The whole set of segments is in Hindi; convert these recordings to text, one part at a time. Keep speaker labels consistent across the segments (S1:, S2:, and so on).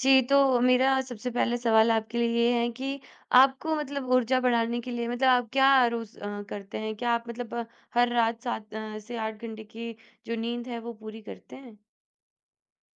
S1: जी, तो मेरा सबसे पहला सवाल आपके लिए ये है कि आपको मतलब ऊर्जा बढ़ाने के लिए मतलब आप क्या रोज़ करते हैं? क्या आप मतलब हर रात 7 से 8 घंटे की जो नींद है, वो पूरी करते हैं?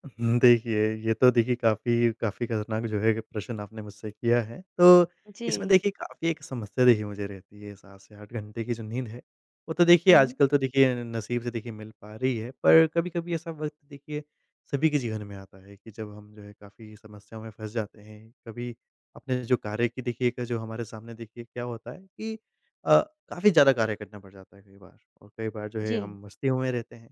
S2: देखिए, ये तो देखिए काफ़ी काफ़ी खतरनाक जो है कि प्रश्न आपने मुझसे किया है। तो इसमें
S1: जी।
S2: देखिए काफ़ी एक समस्या देखिए मुझे रहती है, 7 से 8 घंटे की जो नींद है, वो तो देखिए
S1: हुँ।
S2: आजकल तो देखिए नसीब से देखिए मिल पा रही है। पर कभी-कभी ऐसा वक़्त देखिए सभी के जीवन में आता है कि जब हम जो है काफ़ी समस्याओं में फँस जाते हैं। कभी अपने जो कार्य की देखिए एक जो हमारे सामने देखिए क्या होता है कि अ, काफ़ी ज़्यादा कार्य करना पड़ जाता है कई बार, और कई बार जो
S1: जी।
S2: है हम मस्तियों में रहते हैं।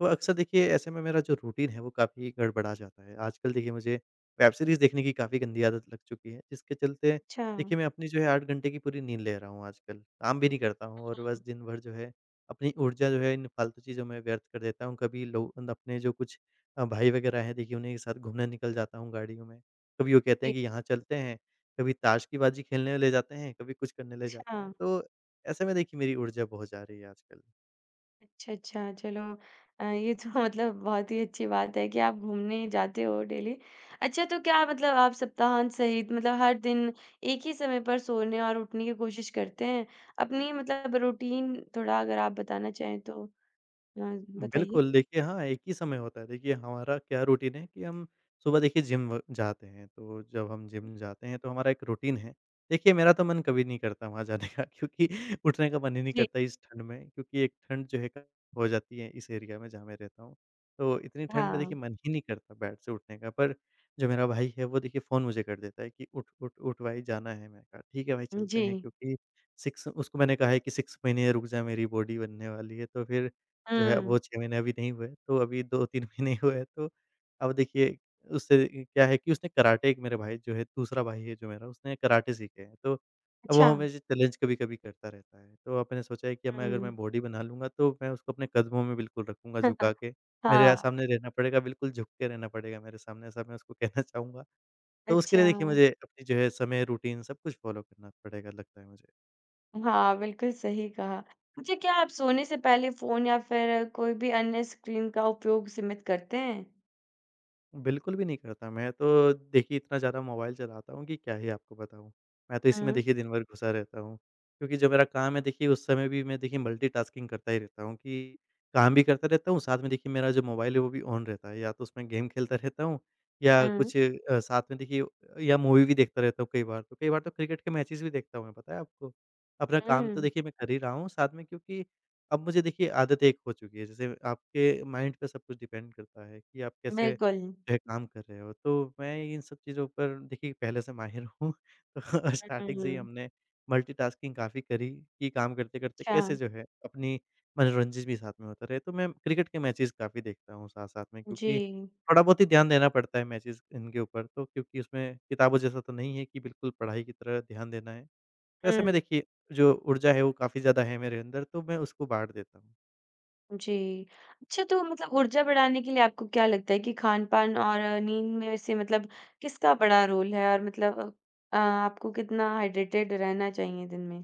S2: तो अक्सर देखिए ऐसे में मेरा जो रूटीन है वो काफ़ी गड़बड़ा जाता है। आजकल देखिए मुझे वेब सीरीज़ देखने की काफ़ी गंदी आदत लग चुकी है, जिसके चलते
S1: अच्छा।
S2: देखिए मैं अपनी जो है 8 घंटे की पूरी नींद ले रहा हूँ आजकल। काम भी नहीं करता हूँ और बस दिन भर जो है अपनी ऊर्जा जो है इन फालतू चीज़ों में व्यर्थ कर देता हूँ। कभी लो अपने जो कुछ भाई वगैरह हैं देखिए उन्हीं के साथ घूमने निकल जाता हूँ गाड़ियों में। कभी वो कहते
S1: जी,
S2: हैं कि यहाँ चलते हैं, कभी ताश की बाजी खेलने ले जाते हैं, कभी कुछ करने ले जाते हैं।
S1: अच्छा।
S2: तो ऐसे में देखिए मेरी ऊर्जा बहुत जा रही है आजकल।
S1: अच्छा, अच्छा। चलो ये तो मतलब बहुत ही अच्छी बात है कि आप घूमने जाते हो डेली। अच्छा तो क्या मतलब आप सप्ताहांत सहित मतलब हर दिन एक ही समय पर सोने और उठने की कोशिश करते हैं? अपनी मतलब रूटीन थोड़ा अगर आप बताना चाहें तो अ, बताइए?
S2: बिल्कुल, देखिए हाँ, एक ही समय होता है। देखिए हमारा क्या रूटीन है कि हम सुबह देखिए जिम व जाते हैं, तो जब हम जिम जाते हैं तो हमारा एक रूटीन है। देखिए मेरा तो मन कभी नहीं करता वहाँ जाने का क्योंकि उठने का मन ही नहीं
S1: जी,
S2: करता इस ठंड में, क्योंकि एक ठंड जो है हो जाती है इस एरिया में जहाँ मैं रहता हूँ। तो इतनी ठंड में
S1: हाँ।
S2: देखिए मन ही नहीं करता बेड से उठने का, पर जो मेरा भाई है वो देखिए फ़ोन मुझे कर देता है कि उठ, उठ, उठ भाई जाना है। मैंने कहा ठीक है भाई चलते
S1: जी।
S2: हैं, क्योंकि 6 उसको मैंने कहा है कि 6 महीने रुक जा, मेरी बॉडी बनने वाली है, तो फिर जो है
S1: हुँ।
S2: वो 6 महीने अभी नहीं हुए, तो अभी 2-3 महीने हुए हैं, तो अब देखिए उससे क्या है कि उसने कराटे एक मेरे भाई जो है, दूसरा भाई है जो मेरा, उसने कराटे सीखे हैं, तो अब वो
S1: अच्छा।
S2: हमें चैलेंज कभी-कभी करता रहता है। तो अब मैंने सोचा है कि अब मैं अगर
S1: हुँ।
S2: मैं बॉडी बना लूँगा, तो मैं उसको अपने कदमों में बिल्कुल रखूँगा झुका के, मेरे यहाँ
S1: हाँ।
S2: सामने रहना पड़ेगा, बिल्कुल झुक के रहना पड़ेगा मेरे सामने, ऐसा मैं उसको कहना चाहूँगा। तो उसके लिए
S1: अच्छा।
S2: देखिए मुझे अपनी जो है समय, रूटीन सब कुछ फ़ॉलो करना पड़ेगा लगता है मुझे।
S1: हाँ, बिल्कुल सही कहा। अच्छा क्या आप सोने से पहले फ़ोन या फिर कोई भी अन्य स्क्रीन का उपयोग सीमित करते हैं?
S2: बिल्कुल भी नहीं करता। मैं तो देखिए इतना ज़्यादा मोबाइल चलाता हूँ कि क्या ही आपको बताऊँ। मैं तो इसी में
S1: हुँ,
S2: देखिए दिन भर घुसा रहता हूँ। क्योंकि जो मेरा काम है देखिए उस समय भी मैं देखिए मल्टीटास्किंग करता ही रहता हूँ कि काम भी करता रहता हूँ, साथ में देखिए मेरा जो मोबाइल है वो भी ऑन रहता है। या तो उसमें गेम खेलता रहता हूँ, या
S1: हुँ,
S2: कुछ साथ में देखिए या मूवी भी देखता रहता हूँ कई बार तो। कई बार तो क्रिकेट के मैचेज़ भी देखता हूँ मैं, पता है आपको? अपना काम तो
S1: हुँ।
S2: देखिए मैं कर ही रहा हूँ साथ में, क्योंकि अब मुझे देखिए आदत एक हो चुकी है। जैसे आपके माइंड पे सब कुछ डिपेंड करता है कि आप कैसे
S1: बिल्कुल।
S2: क्या काम कर रहे हो? तो मैं इन सब चीज़ों पर देखिए पहले से माहिर हूँ। तो स्टार्टिंग से ही
S1: हुँ।
S2: हमने मल्टीटास्किंग काफ़ी करी कि काम करते-करते
S1: अच्छा,
S2: कैसे जो है अपनी मनोरंजन भी साथ में होता रहे। तो मैं क्रिकेट के मैचेज़ काफ़ी देखता हूँ साथ-साथ में, क्योंकि
S1: जी।
S2: थोड़ा बहुत ही ध्यान देना पड़ता है मैचेज़ इनके ऊपर तो, क्योंकि उसमें किताबों जैसा तो नहीं है कि बिल्कुल पढ़ाई की तरह ध्यान देना है। तो ऐसे
S1: हुँ।
S2: में देखिए जो ऊर्जा है वो काफ़ी ज़्यादा है मेरे अंदर, तो मैं उसको बाँट देता हूँ।
S1: जी। अच्छा तो मतलब ऊर्जा बढ़ाने के लिए आपको क्या लगता है कि खान-पान और नींद में से मतलब किसका बड़ा रोल है? और मतलब आपको कितना हाइड्रेटेड रहना चाहिए दिन में?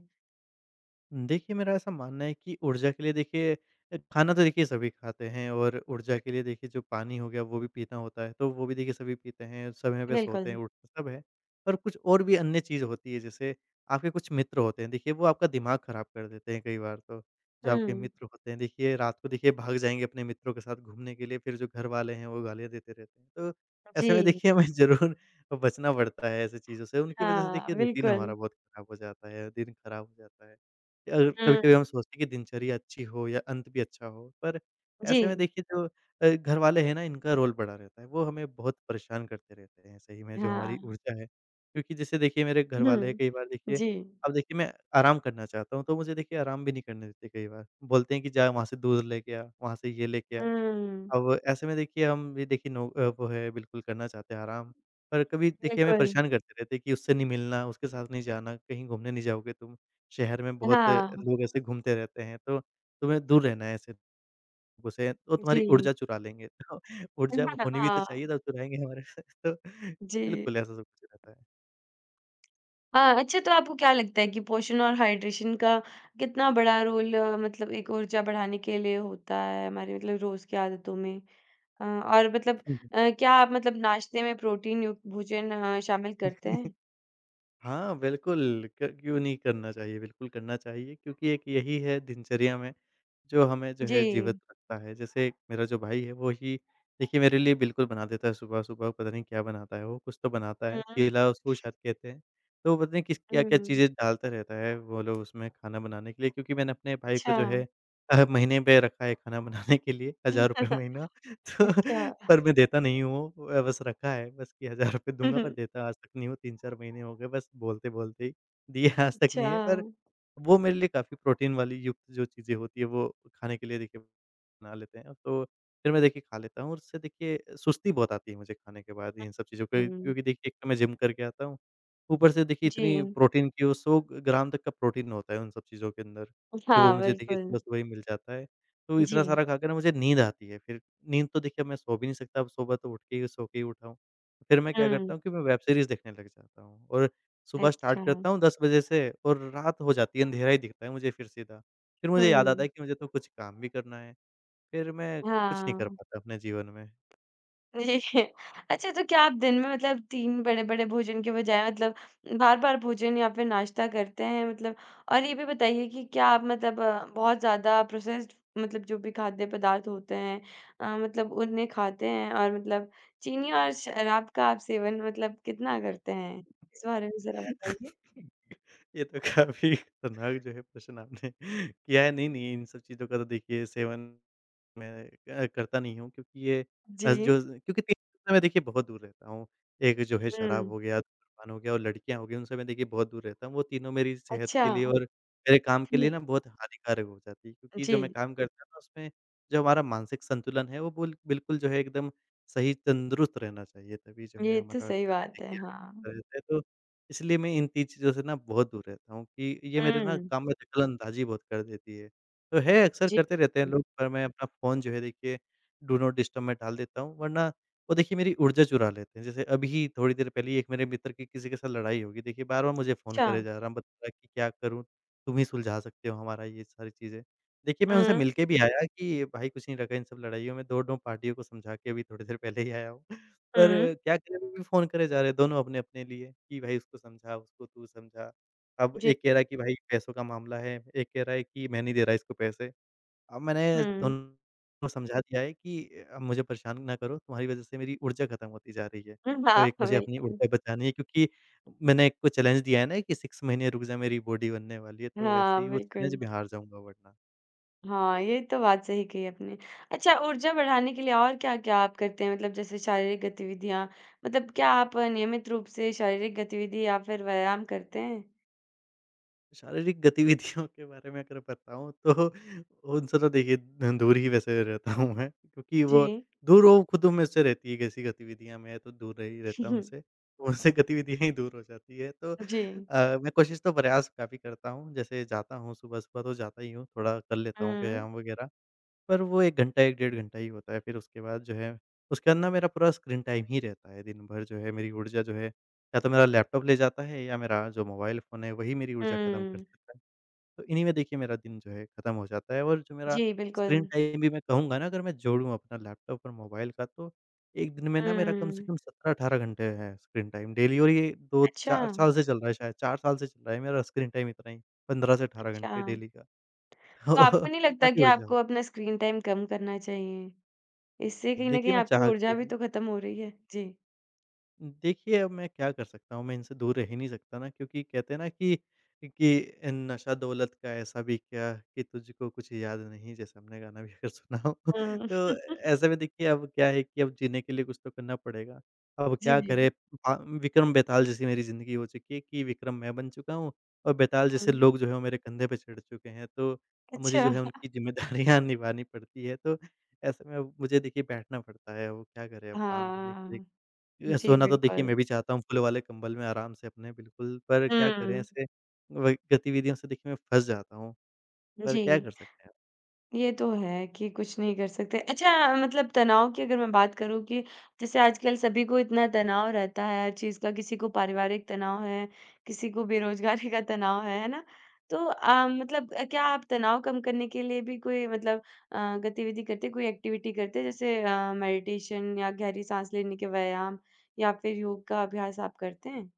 S2: देखिए, मेरा ऐसा मानना है कि ऊर्जा के लिए देखिए खाना तो देखिए सभी खाते हैं, और ऊर्जा के लिए देखिए जो पानी हो गया वो भी पीना होता है, तो वो भी देखिए सभी पीते हैं, समय पे
S1: बिल्कुल।
S2: सोते हैं, उठते सब है। पर कुछ और भी अन्य चीज़ होती है, जैसे आपके कुछ मित्र होते हैं देखिए वो आपका दिमाग ख़राब कर देते हैं कई बार तो। जो आपके
S1: हुँ।
S2: मित्र होते हैं देखिए रात को देखिए भाग जाएँगे अपने मित्रों के साथ घूमने के लिए, फिर जो घर वाले हैं वो गालियाँ देते रहते हैं। तो ऐसे में
S1: जी,
S2: देखिए हमें ज़रूर बचना पड़ता है ऐसी चीज़ों से, उनकी वज़ह से
S1: हाँ,
S2: देखिए रूटीन
S1: बिल्कुल।
S2: हमारा बहुत ख़राब हो जाता है, दिन ख़राब हो जाता है। अ, कभी-कभी
S1: हुँ।
S2: हम सोचते हैं कि दिनचर्या अच्छी हो या अंत भी अच्छा हो, पर ऐसे में
S1: जी,
S2: देखिए जो घर वाले हैं ना इनका रोल बड़ा रहता है, वो हमें बहुत परेशान करते रहते हैं सही में जो हमारी
S1: हाँ।
S2: ऊर्जा है। क्योंकि जैसे देखिए मेरे घर वाले हैं
S1: हुँ,
S2: कई बार देखिए,
S1: जी।
S2: अब देखिए मैं आराम करना चाहता हूँ, तो मुझे देखिए आराम भी नहीं करने देते कई बार। बोलते हैं कि जा वहाँ से दूध लेके आ, वहाँ से ये लेके आ।
S1: हुँ।
S2: अब ऐसे में देखिए हम भी देखिए नो वो है बिल्कुल करना चाहते हैं आराम, पर कभी देखिए हमें
S1: बिल्कुल,
S2: परेशान करते रहते हैं कि उससे नहीं मिलना, उसके साथ नहीं जाना, कहीं घूमने नहीं जाओगे तुम। शहर में बहुत
S1: हाँ,
S2: लोग ऐसे घूमते रहते हैं, तो तुम्हें दूर रहना है ऐसे लोगों से, वो तुम्हारी
S1: जी।
S2: ऊर्जा चुरा लेंगे। तो ऊर्जा होनी भी तो
S1: हाँ,
S2: चाहिए तब चुराएँगे हमारे से। तो
S1: जी।
S2: बिल्कुल ऐसा सब कुछ रहता है।
S1: हाँ, अच्छा तो आपको क्या लगता है कि पोषण और हाइड्रेशन का कितना बड़ा रोल मतलब एक ऊर्जा बढ़ाने के लिए होता है हमारी मतलब रोज़ की आदतों में? और मतलब
S2: हम्म।
S1: क्या आप मतलब नाश्ते में प्रोटीन युक्त भोजन शामिल करते हैं?
S2: हाँ, बिल्कुल क क्यों नहीं करना चाहिए, बिल्कुल करना चाहिए, क्योंकि एक यही है दिनचर्या में जो हमें जो है
S1: जी।
S2: जीवित रखता है। जैसे मेरा जो भाई है वो ही देखिए मेरे लिए बिल्कुल बना देता है सुबह-सुबह, पता नहीं क्या बनाता है वो, कुछ तो बनाता है,
S1: हुँ,
S2: चीला उसको शायद कहते हैं। तो पता नहीं किस क्या-क्या
S1: हुँ।
S2: चीज़ें डालता रहता है वो लोग उसमें खाना बनाने के लिए, क्योंकि मैंने अपने भाई को
S1: अच्छा।
S2: जो है महीने पे रखा है खाना बनाने के लिए, ₹1000 महीना। तो
S1: अच्छा।
S2: पर मैं देता नहीं हूँ। बस रखा है बस कि ₹1000 दूँगा पर देता आज तक नहीं हूँ, 3-4 महीने हो गए बस बोलते-बोलते ही। दिए आज तक नहीं
S1: अच्छा।
S2: है, पर वो मेरे लिए काफ़ी प्रोटीन वाली युक्त जो चीज़ें होती है वो खाने के लिए देखिए बना लेते हैं। तो फिर मैं देखिए खा लेता हूँ, और उससे देखिए सुस्ती बहुत आती है मुझे खाने के बाद इन सब चीज़ों के,
S1: हुँ।
S2: क्योंकि देखिए एक तो मैं जिम करके आता हूँ, ऊपर से देखिए
S1: जी।
S2: इतनी प्रोटीन की वो 100 ग्राम तक का प्रोटीन होता है उन सब चीज़ों के अंदर, जो वो
S1: हाँ,
S2: मुझे देखिए
S1: बिल्कुल।
S2: सुबह-सुबह ही मिल जाता है। तो इतना
S1: जी।
S2: सारा खाकर ना मुझे नींद आती है फिर, नींद तो देखिए मैं सो भी नहीं सकता अब, सुबह तो उठ के ही सो के ही उठा हूँ। फिर मैं क्या
S1: हुँ।
S2: करता हूँ कि मैं वेब सीरीज़ देखने लग जाता हूँ, और सुबह स्टार्ट
S1: अच्छा।
S2: करता हूँ 10 बजे से और रात हो जाती है, अंधेरा ही दिखता है मुझे फिर सीधा। फिर मुझे याद
S1: हुँ।
S2: आता है कि मुझे तो कुछ काम भी करना है, फिर मैं कुछ नहीं कर
S1: हाँ।
S2: पाता अपने जीवन में।
S1: जी। अच्छा तो क्या आप दिन में मतलब 3 बड़े-बड़े भोजन के बजाय मतलब बार-बार भोजन या फिर नाश्ता करते हैं मतलब और ये भी बताइए कि क्या आप मतलब बहुत ज़्यादा प्रोसेस्ड मतलब जो भी खाद्य पदार्थ होते हैं मतलब उन्हें खाते हैं और मतलब चीनी और शराब का आप सेवन मतलब कितना करते हैं? इस बारे में ज़रा बताइए।
S2: ये तो काफ़ी खतरनाक जो है प्रश्न आपने किया है। नहीं, नहीं, इन सब चीज़ों का तो देखिए सेवन मैं करता नहीं हूँ, क्योंकि ये
S1: जी।
S2: जो, क्योंकि तीन चीज़ों से मैं देखिए बहुत दूर रहता हूँ। एक जो है
S1: हुँ।
S2: शराब हो गया, धूम्रपान हो गया और लड़कियाँ हो गई, उनसे मैं देखिए बहुत दूर रहता हूँ। वो तीनों मेरी सेहत के
S1: अच्छा।
S2: लिए और मेरे काम के
S1: हुँ।
S2: लिए ना बहुत हानिकारक हो जाती है, क्योंकि
S1: जी।
S2: जो मैं काम करता हूँ ना उसमें जो हमारा मानसिक संतुलन है वो बुल बिल्कुल जो है एकदम सही तंदुरुस्त रहना चाहिए, तभी जो है
S1: ये तो
S2: हमारा
S1: सही
S2: कार्य
S1: बात है,
S2: देखिए आगे
S1: हाँ।
S2: बढ़ता रहता है। तो इसलिए मैं इन तीन चीज़ों से ना बहुत दूर रहता हूँ कि ये मेरे ना
S1: हुँ,
S2: काम में दखल अंदाज़ी बहुत कर देती है। तो है, अक्सर
S1: जी।
S2: करते रहते हैं लोग, पर मैं अपना फ़ोन जो है देखिए डू नॉट डिस्टर्ब में डाल देता हूँ, वरना वो देखिए मेरी ऊर्जा चुरा लेते हैं। जैसे अभी थोड़ी देर पहले ही एक मेरे मित्र की किसी के साथ लड़ाई हो गई, देखिए बार-बार मुझे फ़ोन
S1: अच्छा।
S2: करे जा रहा है, बता रहा है कि क्या करूँ? तुम ही सुलझा सकते हो हमारा ये सारी चीज़ें। देखिए, मैं उनसे
S1: हुँ,
S2: मिलके भी आया कि भाई कुछ नहीं रखा इन सब लड़ाइयों में, दोनों पार्टियों को समझा के अभी थोड़ी देर पहले ही आया हूँ। पर
S1: हुँ।
S2: क्या करें, वो भी फ़ोन करे जा रहे हैं, दोनों अपने-अपने लिए कि भाई उसको समझा, उसको तू समझा। अब
S1: जी।
S2: एक कह रहा है कि भाई पैसों का मामला है, एक कह रहा है कि मैं नहीं दे रहा इसको पैसे। अब मैंने
S1: हुँ।
S2: दोनों को समझा दिया है कि अब मुझे परेशान ना करो, तुम्हारी वज़ह से मेरी ऊर्जा खत्म होती जा रही है।
S1: हुँ,
S2: तो
S1: हाँ।
S2: एक मुझे अपनी
S1: बिल्कुल।
S2: ऊर्जा बचानी है, क्योंकि मैंने एक को चैलेंज दिया है ना कि 6 महीने रुक जा, मेरी बॉडी बनने वाली है, तो वैसे
S1: हाँ,
S2: ही वो चैलेंज
S1: बिल्कुल।
S2: मैं हार जाऊँगा वरना।
S1: हाँ, ये तो बात सही कही आपने। अच्छा ऊर्जा बढ़ाने के लिए और क्या-क्या आप करते हैं? मतलब जैसे शारीरिक गतिविधियाँ, मतलब क्या आप नियमित रूप से शारीरिक गतिविधि या फिर व्यायाम करते हैं?
S2: शारीरिक गतिविधियों के बारे में अगर बताऊँ तो उनसे तो देखिए द दूर ही वैसे रहता हूँ मैं, क्योंकि
S1: जी।
S2: वो दूर वो खुद मुझ से रहती है, कैसी गतिविधियाँ, मैं तो दूर रह ही रहता हूँ उनसे। तो उनसे गतिविधियाँ ही दूर हो जाती है। तो
S1: जी।
S2: मैं कोशिश तो प्रयास काफ़ी करता हूँ, जैसे जाता हूँ सुबह-सुबह तो जाता ही हूँ, थोड़ा कर लेता हूँ
S1: हुँ,
S2: व्यायाम वगैरह। पर वो 1 घंटा, 1 डेढ़ घंटा ही होता है, फिर उसके बाद ना मेरा पूरा स्क्रीन टाइम ही रहता है, दिन भर जो है मेरी ऊर्जा जो है या तो मेरा लैपटॉप ले जाता है या मेरा जो मोबाइल फ़ोन है वही मेरी ऊर्जा खत्म कर
S1: हुँ।
S2: देता है। तो इन्हीं में देखिए मेरा दिन जो है खत्म हो जाता है। और जो मेरा
S1: जी,
S2: स्क्रीन
S1: बिल्कुल।
S2: टाइम भी, मैं कहूँगा ना, अगर मैं जोड़ूँ अपना लैपटॉप और मोबाइल का, तो एक दिन में ना मेरा कम से
S1: हुँ।
S2: कम 17-18 घंटे है स्क्रीन टाइम डेली। और ये
S1: अच्छा,
S2: 2-4 साल से चल रहा है, शायद 4 साल से चल रहा है मेरा स्क्रीन टाइम इतना ही, 15 से 18
S1: अच्छा।
S2: घंटे डेली का।
S1: तो आपको नहीं लगता कि
S2: काफ़ी ऊर्जा
S1: आपको
S2: होती
S1: अपना स्क्रीन टाइम कम करना चाहिए? इससे
S2: है।
S1: कहीं न
S2: देखिए,
S1: कहीं
S2: मैं
S1: आपकी
S2: चाह
S1: ऊर्जा
S2: के
S1: भी
S2: भी,
S1: तो खत्म हो रही है। जी।
S2: देखिए, अब मैं क्या कर सकता हूँ? मैं इनसे दूर रह ही नहीं सकता ना, क्योंकि कहते हैं ना कि नशा दौलत का ऐसा भी क्या कि तुझको कुछ याद नहीं, जैसे हमने गाना भी अगर सुना हो।
S1: हुँ।
S2: तो ऐसे में देखिए अब क्या है कि अब जीने के लिए कुछ तो करना पड़ेगा। अब क्या
S1: जी,
S2: करें, अ, विक्रम बेताल जैसी मेरी ज़िंदगी हो चुकी है कि विक्रम मैं बन चुका हूँ और बेताल जैसे
S1: हुँ।
S2: लोग जो है वो मेरे कंधे पे चढ़ चुके हैं। तो अब मुझे
S1: अच्छा।
S2: जो है उनकी ज़िम्मेदारियाँ निभानी पड़ती है। तो ऐसे में अब मुझे देखिए बैठना पड़ता है। वो क्या करें, अब काम करने के लिए
S1: हाँ। जी,
S2: सोना तो देखिए
S1: बिल्कुल।
S2: मैं भी चाहता हूँ फुल वाले कंबल में आराम से अपने बिल्कुल, पर क्या करें,
S1: हुँ,
S2: ऐसे वही गतिविधियों से देखिए मैं फँस जाता हूँ, पर क्या
S1: जी।
S2: कर सकते हैं?
S1: ये तो है कि कुछ नहीं कर सकते। अच्छा मतलब तनाव की अगर मैं बात करूँ कि जैसे आजकल सभी को इतना तनाव रहता है हर चीज़ का, किसी को पारिवारिक तनाव है, किसी को बेरोज़गारी का तनाव है ना? तो मतलब क्या आप तनाव कम करने के लिए भी कोई मतलब गतिविधि करते हैं, कोई एक्टिविटी करते हैं जैसे मेडिटेशन या गहरी साँस लेने के व्यायाम या फिर योग का अभ्यास आप करते हैं?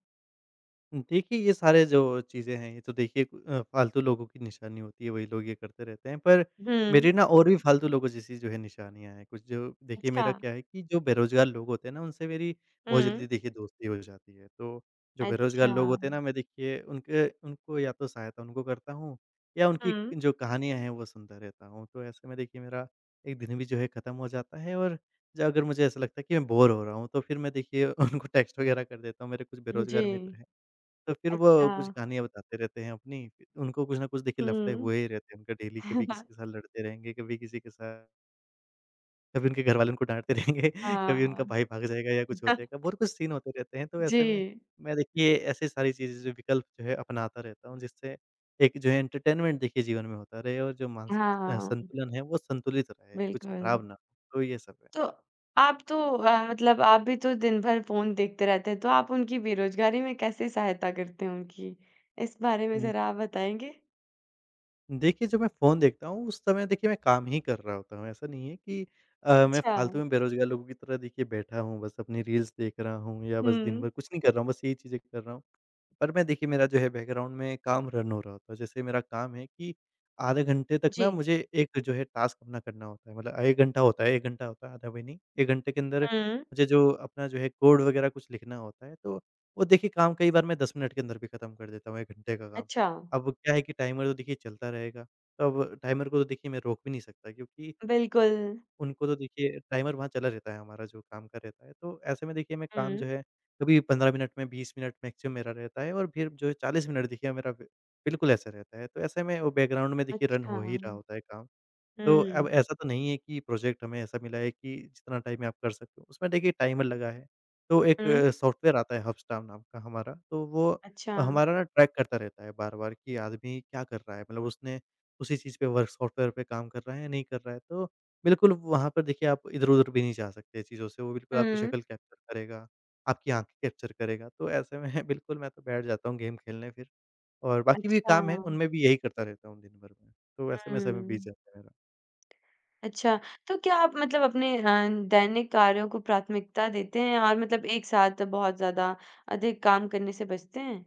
S2: देखिए, ये सारे जो चीज़ें हैं, ये तो देखिए फालतू लोगों की निशानी होती है, वही लोग ये करते रहते हैं। पर
S1: हुँ,
S2: मेरी ना और भी फालतू लोगों जैसी जो है निशानियाँ हैं कुछ, जो देखिए
S1: अच्छा।
S2: मेरा क्या है कि जो बेरोज़गार लोग होते हैं ना, उनसे मेरी बहुत
S1: हुँ,
S2: जल्दी देखिए दोस्ती हो जाती है। तो जो बेरोज़गार
S1: अच्छा।
S2: लोग होते हैं ना, मैं देखिए उनके उनको या तो सहायता उनको करता हूँ या उनकी
S1: हुँ,
S2: जो कहानियाँ हैं वो सुनता रहता हूँ। तो ऐसे में देखिए मेरा एक दिन भी जो है ख़त्म हो जाता है। और ज अगर मुझे ऐसा लगता है कि मैं बोर हो रहा हूँ, तो फिर मैं देखिए उनको टेक्स्ट वग़ैरह कर देता हूँ। मेरे कुछ
S1: जी।
S2: बेरोज़गार मित्र हैं। तो फिर वो
S1: अच्छा।
S2: कुछ कहानियाँ बताते रहते हैं अपनी, फिर उनको कुछ ना कुछ देखिए लफड़े
S1: हुँ।
S2: हुए ही रहते हैं उनका डेली, कभी किसी के साथ लड़ते रहेंगे, कभी किसी के साथ, कभी उनके घरवाले उनको डाँटते रहेंगे, कभी
S1: हाँ।
S2: उनका भाई भाग जाएगा या कुछ हो जाएगा, बहुत कुछ सीन होते रहते हैं। तो
S1: जी।
S2: ऐसे में मैं देखिए ऐसी सारी चीज़ें जो विकल्प जो है अपनाता रहता हूँ, जिससे एक जो है एंटरटेनमेंट देखिए जीवन में होता रहे और जो मानसिक
S1: हाँ,
S2: संतुलन है वो संतुलित रहे, कुछ
S1: बिल्कुल।
S2: खराब ना हो, तो ये सब
S1: तो आप तो मतलब आप भी तो दिन भर फ़ोन देखते रहते हैं, तो आप उनकी बेरोज़गारी में कैसे सहायता करते हैं उनकी? इस बारे में
S2: है।
S1: ज़रा आप बताएँगे?
S2: देखिए, जब मैं फ़ोन देखता हूँ, उस समय देखिए मैं काम ही कर रहा होता हूँ। ऐसा नहीं है कि मैं
S1: अच्छा।
S2: फालतू में बेरोज़गार लोगों की तरह देखिए बैठा हूँ, बस अपनी रील्स देख रहा हूँ या बस दिन
S1: हुँ।
S2: भर कुछ नहीं कर रहा हूँ, बस यही चीज़ें कर रहा हूँ। पर मैं देखिए मेरा जो है बैकग्राउंड में काम रन हो रहा होता है। जैसे मेरा काम है कि आधे घंटे तक ना
S1: जी।
S2: मुझे एक जो है टास्क अपना करना होता है। मतलब 1 घंटा होता है, 1 घंटा होता है, आधा भी नहीं। 1 घंटे के अंदर
S1: हुँ।
S2: मुझे जो अपना जो है कोड वग़ैरह कुछ लिखना होता है, तो वो देखिए काम कई बार मैं 10 मिनट के अंदर भी खत्म कर देता हूँ, 1 घंटे का काम।
S1: अच्छा।
S2: अब क्या है कि टाइमर तो देखिए चलता रहेगा, तो अब टाइमर को तो देखिए मैं रोक भी नहीं सकता, क्योंकि
S1: बिल्कुल।
S2: उनको तो देखिए टाइमर वहाँ चला रहता है, हमारा जो काम का रहता है। तो ऐसे में देखिए मैं काम
S1: हुँ।
S2: जो है कभी 15 मिनट में 20 मिनट मैक्सिमम मेरा रहता है और फिर जो है 40 मिनट देखिए मेरा बिल्कुल ऐसा रहता है। तो ऐसे में वो बैकग्राउंड में देखिए रन
S1: अच्छा।
S2: हो ही रहा होता है काम। तो अब
S1: हुँ।
S2: ऐसा तो नहीं है कि प्रोजेक्ट हमें ऐसा मिला है कि जितना टाइम में आप कर सकते हो, उसमें देखिए टाइमर लगा है। तो एक
S1: हुँ।
S2: सॉफ्टवेयर आता है हबस्टाम नाम का हमारा, तो वो
S1: अच्छा।
S2: हमारा ना ट्रैक करता रहता है बार-बार कि आदमी क्या कर रहा है, मतलब उसने उसी चीज़ पे, वर्क सॉफ्टवेयर पे काम कर रहा है या नहीं कर रहा है। तो बिल्कुल वहाँ पर देखिए आप इधर-उधर भी नहीं जा सकते चीज़ों से, वो बिल्कुल आपकी
S1: हुँ।
S2: शक्ल कैप्चर करेगा, आपकी आँखें कैप्चर करेगा। तो ऐसे में बिल्कुल मैं तो बैठ जाता हूँ गेम खेलने फिर, और बाकी भी
S1: अच्छा।
S2: काम है, उनमें भी यही करता रहता हूँ दिन भर में। तो ऐसे में समय बीत
S1: हुँ।
S2: जाता है मेरा।
S1: अच्छा, तो क्या आप मतलब अपने दैनिक कार्यों को प्राथमिकता देते हैं और मतलब एक साथ बहुत ज़्यादा अधिक काम करने से बचते हैं?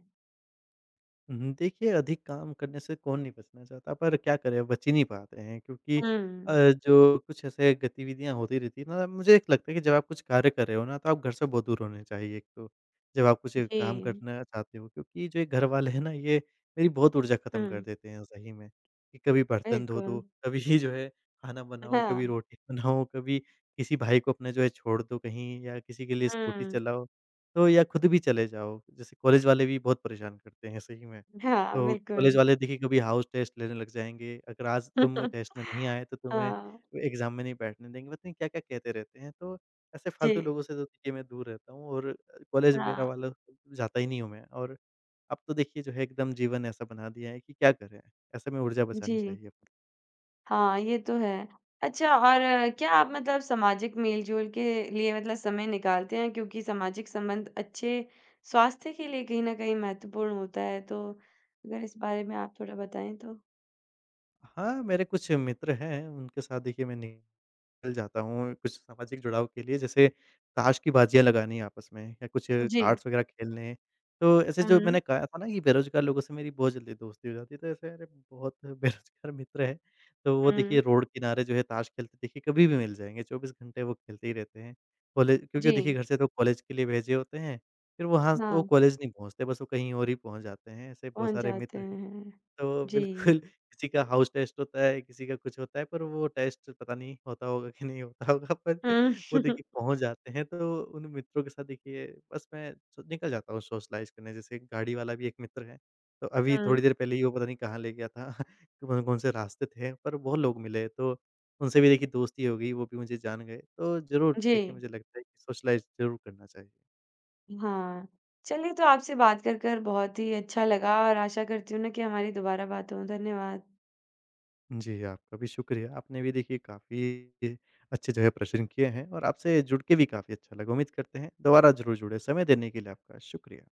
S2: हुँ, देखिए, अधिक काम करने से कौन नहीं बचना चाहता, पर क्या करें, बच ही नहीं पाते हैं, क्योंकि
S1: हुँ,
S2: जो कुछ ऐसे गतिविधियाँ होती रहती है ना, मुझे एक लगता है कि जब आप कुछ कार्य कर रहे हो ना, तो आप घर से बहुत दूर होने चाहिए एक तो, जब आप कुछ
S1: जी।
S2: काम करना चाहते हो। क्योंकि जो ये घर वाले हैं ना, ये मेरी बहुत ऊर्जा खत्म कर
S1: हुँ,
S2: देते हैं सही में, कि कभी बर्तन धो
S1: बिल्कुल।
S2: दो, कभी ही जो है खाना बनाओ, कभी
S1: हाँ,
S2: रोटी बनाओ, कभी किसी भाई को अपना जो है छोड़ दो कहीं या किसी के लिए स्कूटी
S1: हुँ,
S2: चलाओ। तो या खुद भी चले जाओ। जैसे कॉलेज वाले भी बहुत परेशान करते हैं सही में।
S1: हाँ,
S2: तो कॉलेज
S1: बिल्कुल।
S2: वाले देखिए कभी हाउस टेस्ट लेने लग जाएँगे, अगर आज तुम टेस्ट में नहीं आए तो तुम्हें
S1: हाँ,
S2: एग्ज़ाम में नहीं बैठने देंगे, पता नहीं क्या-क्या कहते रहते हैं। तो ऐसे
S1: जी,
S2: फालतू लोगों से तो देखिए मैं दूर रहता हूँ और कॉलेज वगैरह
S1: हाँ,
S2: वाला जाता ही नहीं हूँ मैं। और अब तो देखिए जो है एकदम जीवन ऐसा बना दिया है कि क्या करें? ऐसे में ऊर्जा बचानी
S1: जी।
S2: चाहिए। अपनी।
S1: हाँ, ये तो है। अच्छा और क्या आप मतलब सामाजिक मेल-जोल के लिए मतलब समय निकालते हैं? क्योंकि सामाजिक संबंध अच्छे स्वास्थ्य के लिए कहीं न कहीं महत्वपूर्ण होता है, तो अगर इस बारे में आप थोड़ा बताएँ तो?
S2: हाँ, मेरे कुछ मित्र हैं, उनके साथ देखिए मैं नि निकल जाता हूँ कुछ सामाजिक जुड़ाव के लिए, जैसे ताश की बाजियाँ लगानी आपस में या कुछ
S1: जी।
S2: कार्ड्स वगैरह खेलने। तो ऐसे, जो
S1: हुँ,
S2: मैंने कहा था ना कि बेरोज़गार लोगों से मेरी बहुत जल्दी दोस्ती हो जाती है, तो ऐसे मेरे बहुत बेरोज़गार मित्र हैं। तो वो
S1: हुँ।
S2: देखिए रोड किनारे जो है ताश खेलते देखिए कभी भी मिल जाएँगे, 24 घंटे वो खेलते ही रहते हैं। कॉलेज, क्योंकि देखिए
S1: जी,
S2: घर से तो कॉलेज के लिए भेजे होते हैं, फिर वहाँ वो
S1: हाँ,
S2: कॉलेज नहीं पहुँचते, बस वो कहीं और ही पहुँच जाते हैं, ऐसे बहुत
S1: पहुँच
S2: सारे
S1: जाते
S2: मित्र हैं।
S1: हैं।
S2: तो
S1: जी।
S2: बिल्कुल किसी का हाउस टेस्ट होता है, किसी का कुछ होता है, पर वो टेस्ट पता नहीं होता होगा कि नहीं होता होगा, पर
S1: हुँ,
S2: वो देखिए पहुँच जाते हैं, तो उन मित्रों के साथ देखिए बस मैं सो निकल जाता हूँ सोशलाइज़ करने, जैसे गाड़ी वाला भी एक मित्र है, तो अभी
S1: हुँ,
S2: थोड़ी देर पहले ही वो पता नहीं कहाँ ले गया था, कौन-कौन से रास्ते थे, पर बहुत लोग मिले तो उनसे भी देखिए दोस्ती हो गई, वो भी मुझे जान गए, तो ज़रूर देखिए
S1: जी,
S2: मुझे लगता है कि सोशलाइज़ ज़रूर करना चाहिए।
S1: हाँ। चलिए, तो आपसे बात कर बहुत ही अच्छा लगा और आशा करती हूँ ना कि हमारी दोबारा बात हो। धन्यवाद।
S2: जी, आपका भी शुक्रिया। आपने भी देखिए काफ़ी अच्छे जो है प्रश्न किए हैं और आपसे जुड़ के भी काफ़ी अच्छा लगा। उम्मीद करते हैं दोबारा ज़रूर जुड़ें। समय देने के लिए आपका शुक्रिया।